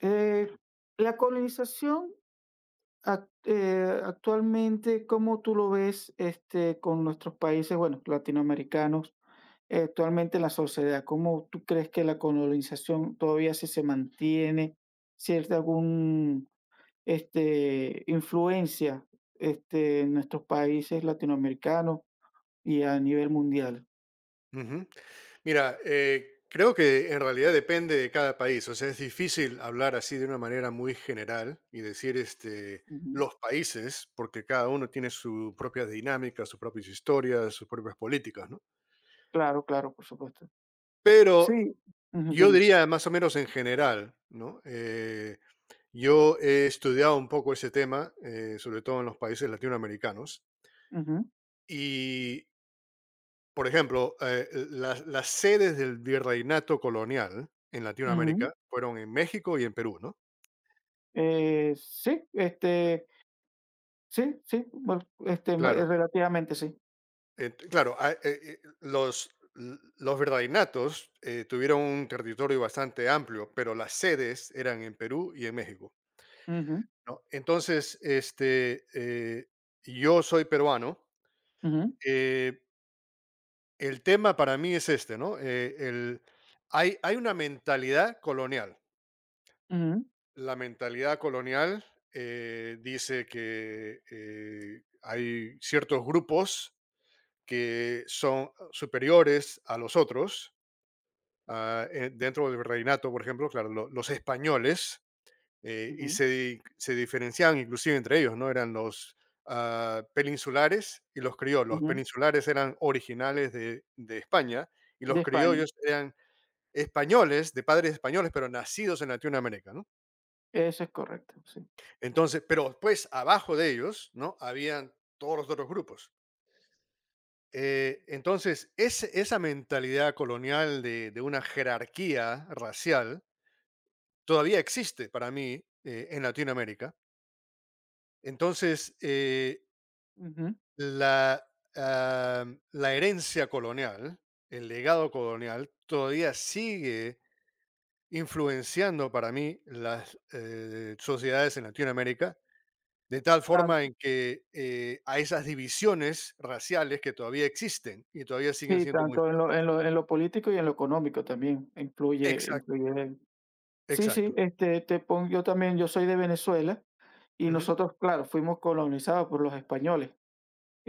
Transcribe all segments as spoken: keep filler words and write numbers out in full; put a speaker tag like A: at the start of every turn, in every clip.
A: Eh, la colonización ac- eh, actualmente, ¿cómo tú lo ves este, con nuestros países, bueno, latinoamericanos, eh, actualmente en la sociedad? ¿Cómo tú crees que la colonización todavía si se mantiene, si es de algún este, influencia este, en nuestros países latinoamericanos y a nivel mundial?
B: Ujú. Mira, eh, creo que en realidad depende de cada país. O sea, es difícil hablar así de una manera muy general y decir este,
A: Ujú.
B: los países, porque cada uno tiene su propia dinámica, sus propias historias, sus propias políticas, ¿no?
A: Claro, claro, por supuesto.
B: Pero
A: Sí, ujú,
B: yo
A: dime.
B: diría más o menos en general, ¿no? Eh, yo he estudiado un poco ese tema, eh, sobre todo en los países latinoamericanos.
A: Ujú,
B: Por ejemplo, eh, las, las sedes del virreinato colonial en
A: ujú.
B: Latinoamérica fueron en México y en Perú, ¿no?
A: Eh, sí, este, sí, sí, bueno, este, ma eh,
B: Claro,
A: relativamente sí.
B: eh, t- claro, ah, eh, eh, los, l- los virreinatos eh, tuvieron un territorio bastante amplio, pero las sedes eran en Perú y en México,
A: Ujú,
B: ¿no? Entonces, este, eh, yo soy peruano.
A: ujú,
B: eh, el tema para mí es este, ¿no? Eh, el, hay, hay una mentalidad colonial.
A: ujú,
B: La mentalidad colonial eh, dice que eh, hay ciertos grupos que son ah, superiores a los otros. Ah, eh, dentro del virreinato, por ejemplo, claro, lo- los españoles eh, y
A: ujú,
B: se, di- se diferenciaban inclusive entre ellos, ¿no? Eran los ah, peninsulares y los criollos. Los
A: ujú,
B: peninsulares eran originales de, de España, y
A: de
B: los
A: España,
B: criollos eran españoles, de padres españoles, pero nacidos en Latinoamérica, ¿no?
A: eso es correcto, sí.
B: Entonces, pero después abajo de ellos, ¿no? Habían todos los otros grupos. Eh, entonces, ese- esa mentalidad colonial de, de una jerarquía racial todavía existe para mí eh, en Latinoamérica. Entonces, eh,
A: Ujú,
B: la, ah, la herencia colonial, el legado colonial, todavía sigue influenciando para mí las eh, sociedades en Latinoamérica. De tal
A: tan
B: forma en que eh, a esas divisiones raciales que todavía existen y todavía siguen
A: sí,
B: siendo muy
A: tanto en
B: fuertes.
A: lo en lo en lo político y en lo económico también influye
B: Exacto,
A: influye. el- Sí, sí,
B: exacto.
A: este, te pongo, yo también, yo soy de Venezuela y
B: Ujú,
A: nosotros, claro, fuimos colonizados por los españoles,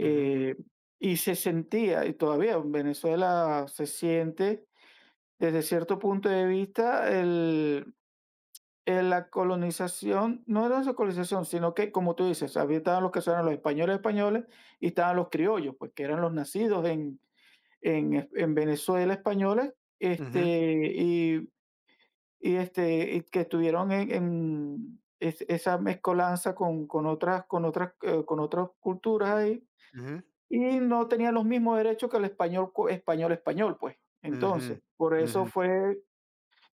B: ujú,
A: y se sentía, y todavía en Venezuela se siente desde cierto punto de vista el Eh, la colonización, no era esa colonización, sino que, como tú dices, había estaban los que eran los españoles españoles y estaban los criollos, pues que eran los nacidos en, en, es- en Venezuela españoles,
B: ujú,
A: este, y, y, este, y que estuvieron en, en es- esa mezcolanza con, con otras, con otras, eh, con otras culturas ahí,
B: ujú,
A: y no tenían los mismos derechos que el español co- español español, pues.
B: ujú,
A: Entonces, por eso
B: ujú.
A: fue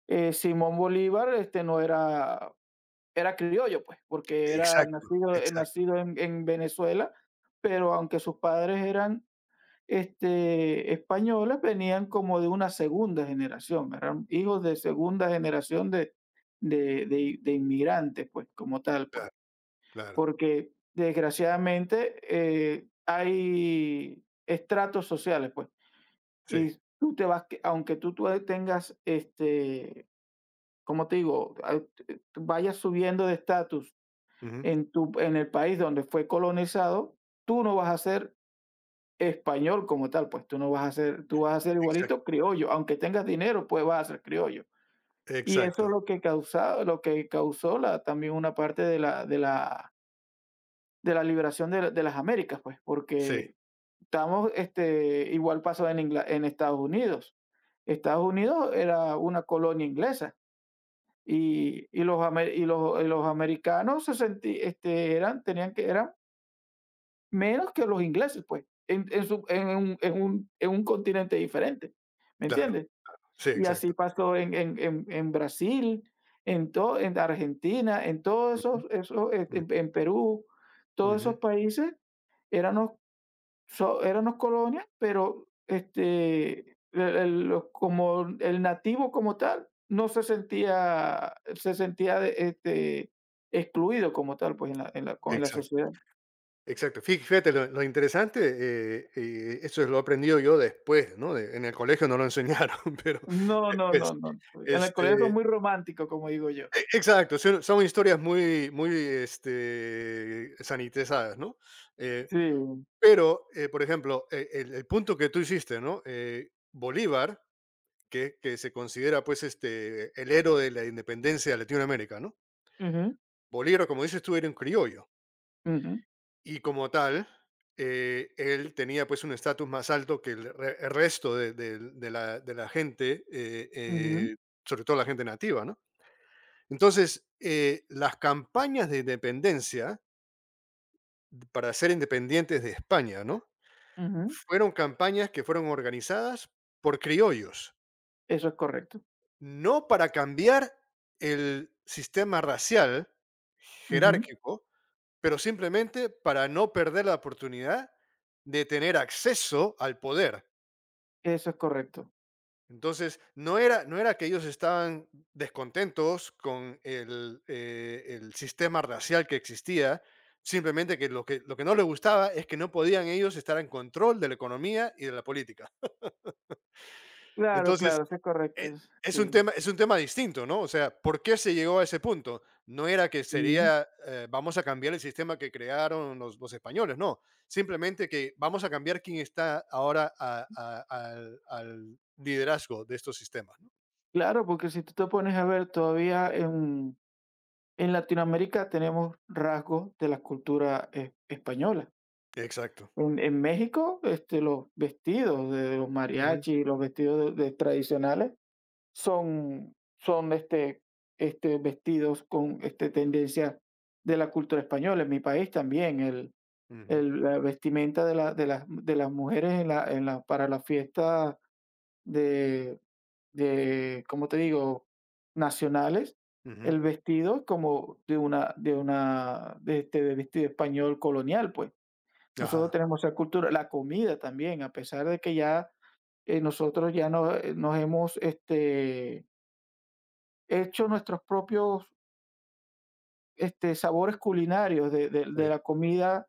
A: eh, Simón Bolívar, este no era era criollo, pues, porque era
B: Exacto,
A: nacido, eh,
B: exacto.
A: nacido en, en Venezuela, pero aunque sus padres eran este, españoles, venían como de una segunda generación, eran hijos de segunda generación de, de, de- de inmigrantes, pues, como tal, pues,
B: Claro, claro.
A: porque desgraciadamente eh, hay estratos sociales, pues,
B: Sí.
A: y tú te vas, que- aunque tú, tú tengas, este, como te digo, Al- vayas subiendo de estatus
B: Ujú.
A: en tu en el país donde fue colonizado, tú no vas a ser español como tal, pues tú no vas a ser tú vas a ser
B: Exacto,
A: igualito criollo, aunque tengas dinero, pues vas a ser criollo. Y eso es
B: exacto.
A: lo que causó lo que causó la también una parte de la de la de la liberación de la- de las Américas, pues,
B: Sí,
A: porque estamos este igual pasó en Ingla en Estados Unidos. Estados Unidos era una colonia inglesa y y los ame y los y los americanos se senti este, eran tenían que eran menos que los ingleses, pues, en, en su- en un, en un- en un continente diferente, ¿me
B: claro.
A: entiendes?
B: Sí,
A: Y así
B: exacto.
A: pasó en, en- en- en Brasil, en, todo en Argentina, en todos
B: Ujú,
A: esos, esos eh, en,
B: ujú,
A: en Perú, todos esos
B: ujú.
A: países éramos, so- éramos colonias, pero este, el- el- lo- como el nativo como tal no se sentía, se sentía este, excluido como tal pues, en la, en la, con- en la
B: Exacto.
A: sociedad.
B: Exacto. Fí- Fíjate, lo, lo interesante, eh, eh, eso lo he aprendido yo después, ¿no? De- en el colegio no lo enseñaron, pero
A: No, no,
B: después.
A: no, no. En la Corea son
B: Este,
A: muy románticos, como digo yo.
B: Exacto, son son historias muy muy, este, sanitizadas, ¿no? Eh,
A: Sí.
B: pero, eh, por ejemplo, e el el punto que tú hiciste, ¿no? Eh, Bolívar, que que se considera, pues, este, el héroe de la independencia de Latinoamérica, ¿no?
A: Ujú,
B: Bolívar, como dices tú, era un criollo,
A: ujú,
B: y como tal, eh, él tenía, pues, un estatus más alto que el re el resto de del de la de la gente, eh
A: ujú,
B: eh, sobre todo la gente nativa, ¿no? Entonces, eh, las campañas de independencia para ser independientes de España, ¿no?
A: ujú.
B: Fueron campañas que fueron organizadas por criollos,
A: Eso es correcto.
B: no para cambiar el sistema racial
A: Ujú.
B: jerárquico, pero simplemente para no perder la oportunidad de tener acceso al poder.
A: Eso es correcto.
B: Entonces, no era, no era que ellos estaban descontentos con el, eh, el sistema racial que existía, simplemente que lo, que lo que no les gustaba es que no podían ellos estar en control de la economía y de la política.
A: Claro,
B: Entonces,
A: claro, eso es correcto.
B: e-
A: es-
B: es un
A: Sí.
B: tema, es un tema distinto, ¿no? O sea, ¿por qué se llegó a ese punto? No era que
A: Ujú.
B: sería, eh, vamos a cambiar el sistema que crearon los, los españoles, no. Simplemente que vamos a cambiar quién está ahora a- a- al al liderazgo de estos sistemas, ¿no?
A: Claro, porque si tú te pones a ver, todavía en, en Latinoamérica tenemos rasgos de la cultura eh, española.
B: Exacto.
A: En, en México, este, los vestidos de los
B: Ujú,
A: mariachi, los vestidos de, de tradicionales son son, este este, vestidos con, este, tendencia de la cultura española. En mi país también el
B: ujú,
A: el la vestimenta de la de las de las mujeres en la en la para las fiestas de de, ¿cómo te digo?, nacionales,
B: ujú.
A: el vestido es como de una de una de este, de vestido español colonial, pues. Nosotros
B: Ajá,
A: tenemos esa cultura, la comida también, a pesar de que ya, eh, nosotros ya no eh, nos hemos, este, hecho nuestros propios este, sabores culinarios de, de, de
B: sí,
A: la comida,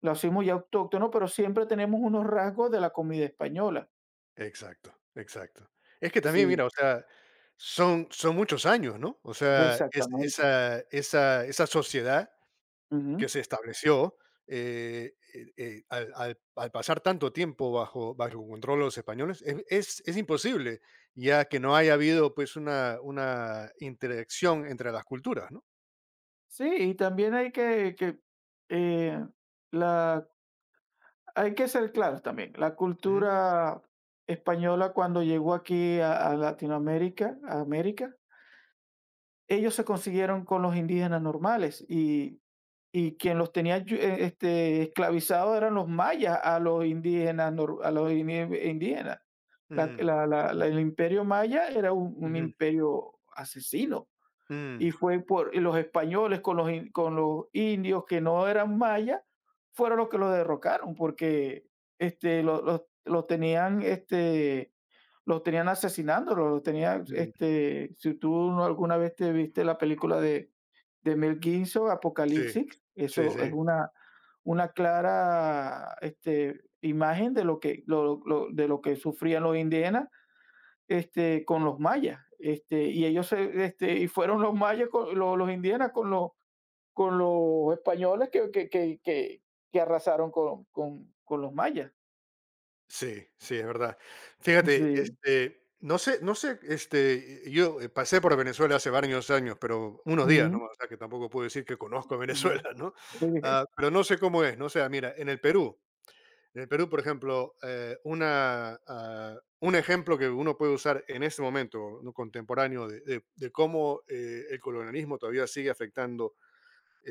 A: lo hacemos ya autóctono, pero siempre tenemos unos rasgos de la comida española.
B: exacto, exacto. Es que también,
A: Sí,
B: mira, o sea, son son muchos años, ¿no? O sea, es
A: exactamente.
B: esa esa esa sociedad
A: Ujú.
B: que se estableció, eh, eh eh, al al al pasar tanto tiempo bajo bajo control de los españoles, es es es imposible, ya que no haya habido, pues, una una interacción entre las culturas, ¿no?
A: Sí, y también hay que, que, eh, la, hay que ser claros también. La
B: Ujú,
A: cultura española cuando llegó aquí a, a Latinoamérica, a América, ellos se consiguieron con los indígenas normales y, y quien los tenía yu- eh, este, esclavizados eran los mayas a los indígenas, nor- a los ini- indígenas. La-
B: mm,
A: la- la- la- el imperio maya era un, un
B: ujú,
A: imperio asesino y
B: mm,
A: fue por y los españoles con los, in- con los indios que no eran mayas, fueron los que los derrocaron porque este, lo- los, los tenían este, los tenían asesinándolos, los tenían,
B: mm,
A: este, si tú no alguna vez te viste la película de, de Mel Gibson,
B: sí,
A: Apocalipsis,
B: sí,
A: eso es
B: sí.
A: una, una clara este, imagen de lo que, lo- lo- de lo que sufrían los indígenas este, con los mayas, este, y ellos se, este, y fueron los mayas, con, los, los indígenas con los, con los españoles que, que, que, que, que arrasaron con, con, con los mayas.
B: Sí, sí, es verdad. Fíjate,
A: Sí.
B: este, no sé, no sé, este, yo eh, pasé por Venezuela hace varios años, pero unos días
A: Ujú,
B: nomás, o sea que tampoco puedo decir que conozco a
A: ujú,
B: Venezuela, ¿no?
A: okey.
B: Ah, pero no sé cómo es, no sé, ah, mira, en el Perú, en el Perú, por ejemplo, eh, una, ah, un ejemplo que uno puede usar en este momento, ¿no?, contemporáneo, de, de- de cómo eh, el colonialismo todavía sigue afectando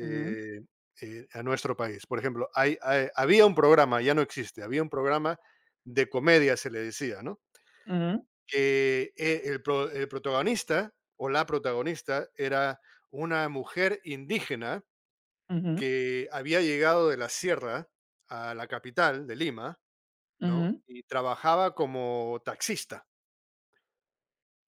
A: Ujú,
B: eh, a nuestro país. Por ejemplo, hay, hay- había un programa, ya no existe, había un programa de comedia, se le decía, ¿no?
A: ujú,
B: Que eh, el, pro- el protagonista o la protagonista era una mujer indígena
A: ujú,
B: que había llegado de la sierra a la capital de Lima, ¿no?
A: ujú,
B: Y trabajaba como taxista.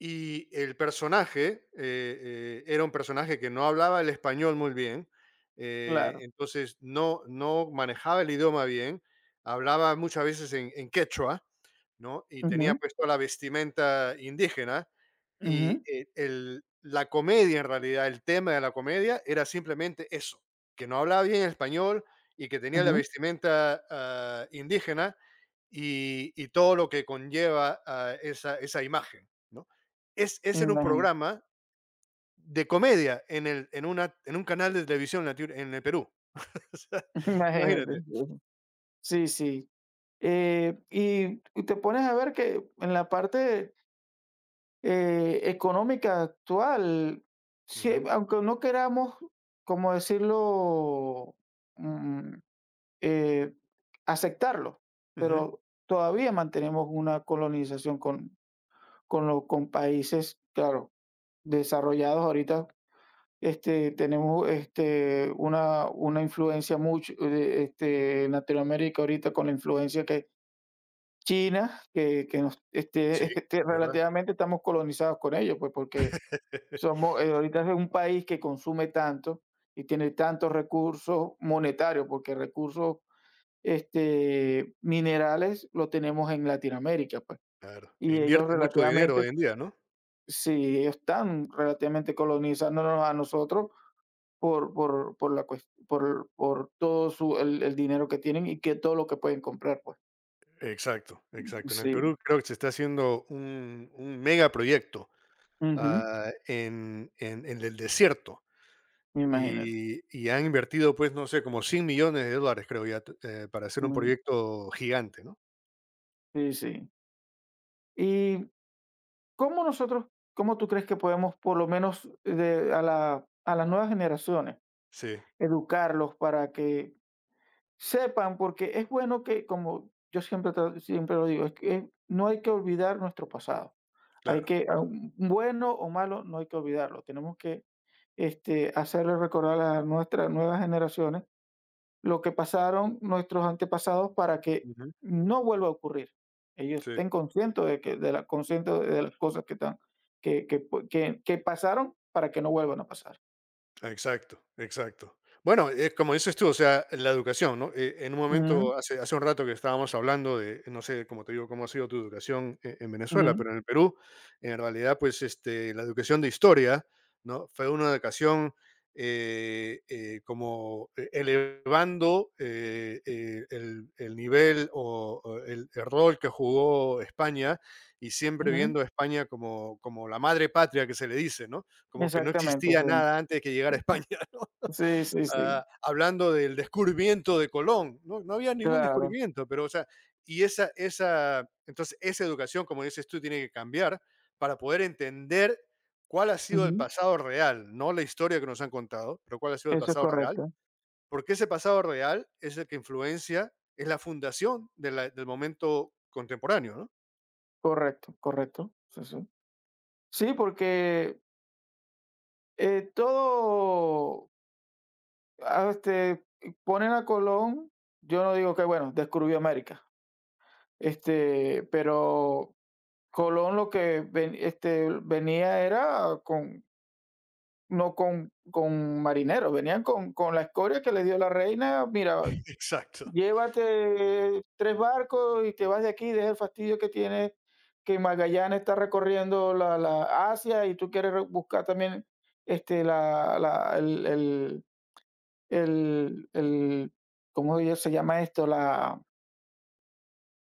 B: Y el personaje eh, eh, era un personaje que no hablaba el español muy bien. Eh,
A: claro.
B: entonces no, no manejaba el idioma bien, hablaba muchas veces en, en quechua, ¿no? Y tenía
A: Ujú,
B: puesto la vestimenta indígena, y,
A: ujú,
B: eh, el la comedia, en realidad, el tema de la comedia era simplemente eso, que no hablaba bien español y que tenía la
A: ujú,
B: vestimenta ah, indígena, y y todo lo que conlleva, ah, esa esa imagen, ¿no? Es ese era un
A: imagínate,
B: programa de comedia en el en una en un canal de televisión latino en el Perú. O sea,
A: imagínate.
B: imagínate.
A: Sí, sí. Eh, y y te pones a ver que en la parte Eh, económica actual, sí,
B: Ujú,
A: aunque no queramos, como decirlo, mm, eh, aceptarlo,
B: ujú.
A: pero todavía mantenemos una colonización con, con, lo- con países, claro, desarrollados ahorita. Este, tenemos este, una, una influencia mucho eh, este, en Latinoamérica ahorita con la influencia que China, que, que nos, este,
B: Sí,
A: este,
B: de verdad.
A: relativamente estamos colonizados con ellos, pues porque somos, eh, ahorita es un país que consume tanto y tiene tantos recursos monetarios, porque recursos este, minerales lo tenemos en Latinoamérica, pues.
B: Claro, e
A: Y ellos
B: invierte mucho dinero
A: relativamente,
B: hoy en día, ¿no?
A: sí, ellos están relativamente colonizándonos a nosotros por, por, por, la, cues- por, por todo su, el, el dinero que tienen y que todo lo que pueden comprar, pues.
B: Exacto, exacto. En el
A: Sí,
B: Perú creo que se está haciendo un, un megaproyecto
A: ujú,
B: ah, en, en- en el desierto,
A: imagínate.
B: y, y han invertido, pues, no sé, como cien millones de dólares, creo ya, t- eh, para hacer un
A: Ujú,
B: proyecto gigante, ¿no?
A: sí, sí. ¿Cómo nosotros, cómo tú crees que podemos, por lo menos de, a, la, a las nuevas generaciones,
B: Sí,
A: educarlos para que sepan? Porque es bueno que, como yo siempre, tra- siempre lo digo, es que eh, no hay que olvidar nuestro pasado. Hay
B: claro.
A: que, a un- bueno o malo, no hay que olvidarlo. Tenemos que este, hacerle recordar a nuestras nuevas generaciones lo que pasaron nuestros antepasados para que
B: Ujú.
A: no vuelva a ocurrir. Ellos
B: Sí.
A: estén conscientes de que de la conscientes de las cosas que están que que pu que que pasaron para que no vuelvan a pasar.
B: Exacto, exacto. Bueno, eh, como dices tú, o sea, la educación, ¿no? Eh, en un
A: Ujú,
B: momento, hace, hace un rato que estábamos hablando de, no sé, como te digo, cómo ha sido tu educación e- en Venezuela,
A: ujú,
B: pero en el Perú, en realidad, pues este, la educación de historia, ¿no? Fue una educación eh, eh, como eh, elevando eh, eh, el, el nivel o o el, el rol que jugó España, y siempre
A: ujú.
B: viendo a España como, como la madre patria que se le dice, ¿no? Como que no
A: Exactamente,
B: existía
A: sí.
B: nada antes de que llegara a España, ¿no?
A: Sí, sí, sí,
B: Ah, hablando del descubrimiento de Colón, no, no había ningún
A: claro.
B: descubrimiento, pero, o sea, y esa esa entonces, esa educación, como dices tú, tiene que cambiar para poder entender cuál ha sido el
A: Ujú.
B: pasado real, no la historia que nos han contado, pero cuál ha sido el
A: Eso es
B: pasado real,
A: correcto.
B: porque ese pasado real es el que influencia, es la fundación de la del momento contemporáneo, ¿no?
A: Correcto, correcto. Sí, sí. Sí, porque, eh, todo, ah, este, ponen a Colón, yo no digo que, bueno, descubrió América. Este, pero Colón lo que ven este, venía era con no con con marineros, venían con con la escoria que le dio la reina: "Mira,
B: Exacto.
A: llévate tres barcos y te vas de aquí, deja el fastidio que tiene que Magallanes está recorriendo la la Asia y tú quieres re buscar también, este, la la el el el el, ¿cómo se llama esto? La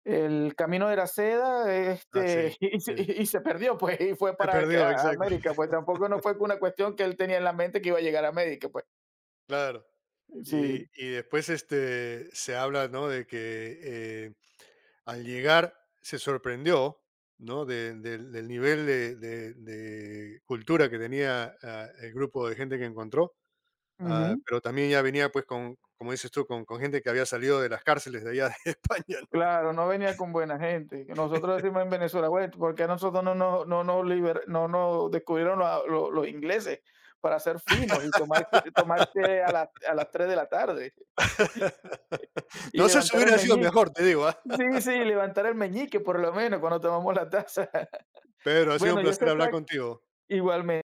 A: El Camino de la Seda,
B: Así,
A: este, y se
B: sí.
A: y se perdió, pues, y fue
B: Se
A: para que
B: perdió,
A: a a
B: exacto.
A: América, pues, tampoco no fue una cuestión que él tenía en la mente que iba a llegar a América, pues.
B: Claro. Y,
A: Sí,
B: y después, este, se habla, ¿no?, de que eh, al llegar se sorprendió, ¿no?, de- del del nivel de, de- de cultura que tenía, ah, el grupo de gente que encontró, ah,
A: ujú.
B: pero también ya venía, pues, con, como dices tú, con, con gente que había salido de las cárceles de allá de España, ¿no?
A: Claro, no venía con buena gente. Que nosotros decimos en Venezuela, bueno, ¿por qué a nosotros no nos no nos liber no nos descubrieron los los los ingleses para ser finos y tomar tomar té a las a las tres de la tarde y
B: No sé si
A: levantar el
B: hubiera sido
A: meñique?
B: mejor, te digo, ¿ah?
A: Sí, sí, levantar el meñique, por lo menos, cuando tomamos la taza.
B: Pedro, ha sido un
A: Bueno, ya se
B: placer hablar
A: está
B: contigo.
A: igualmente.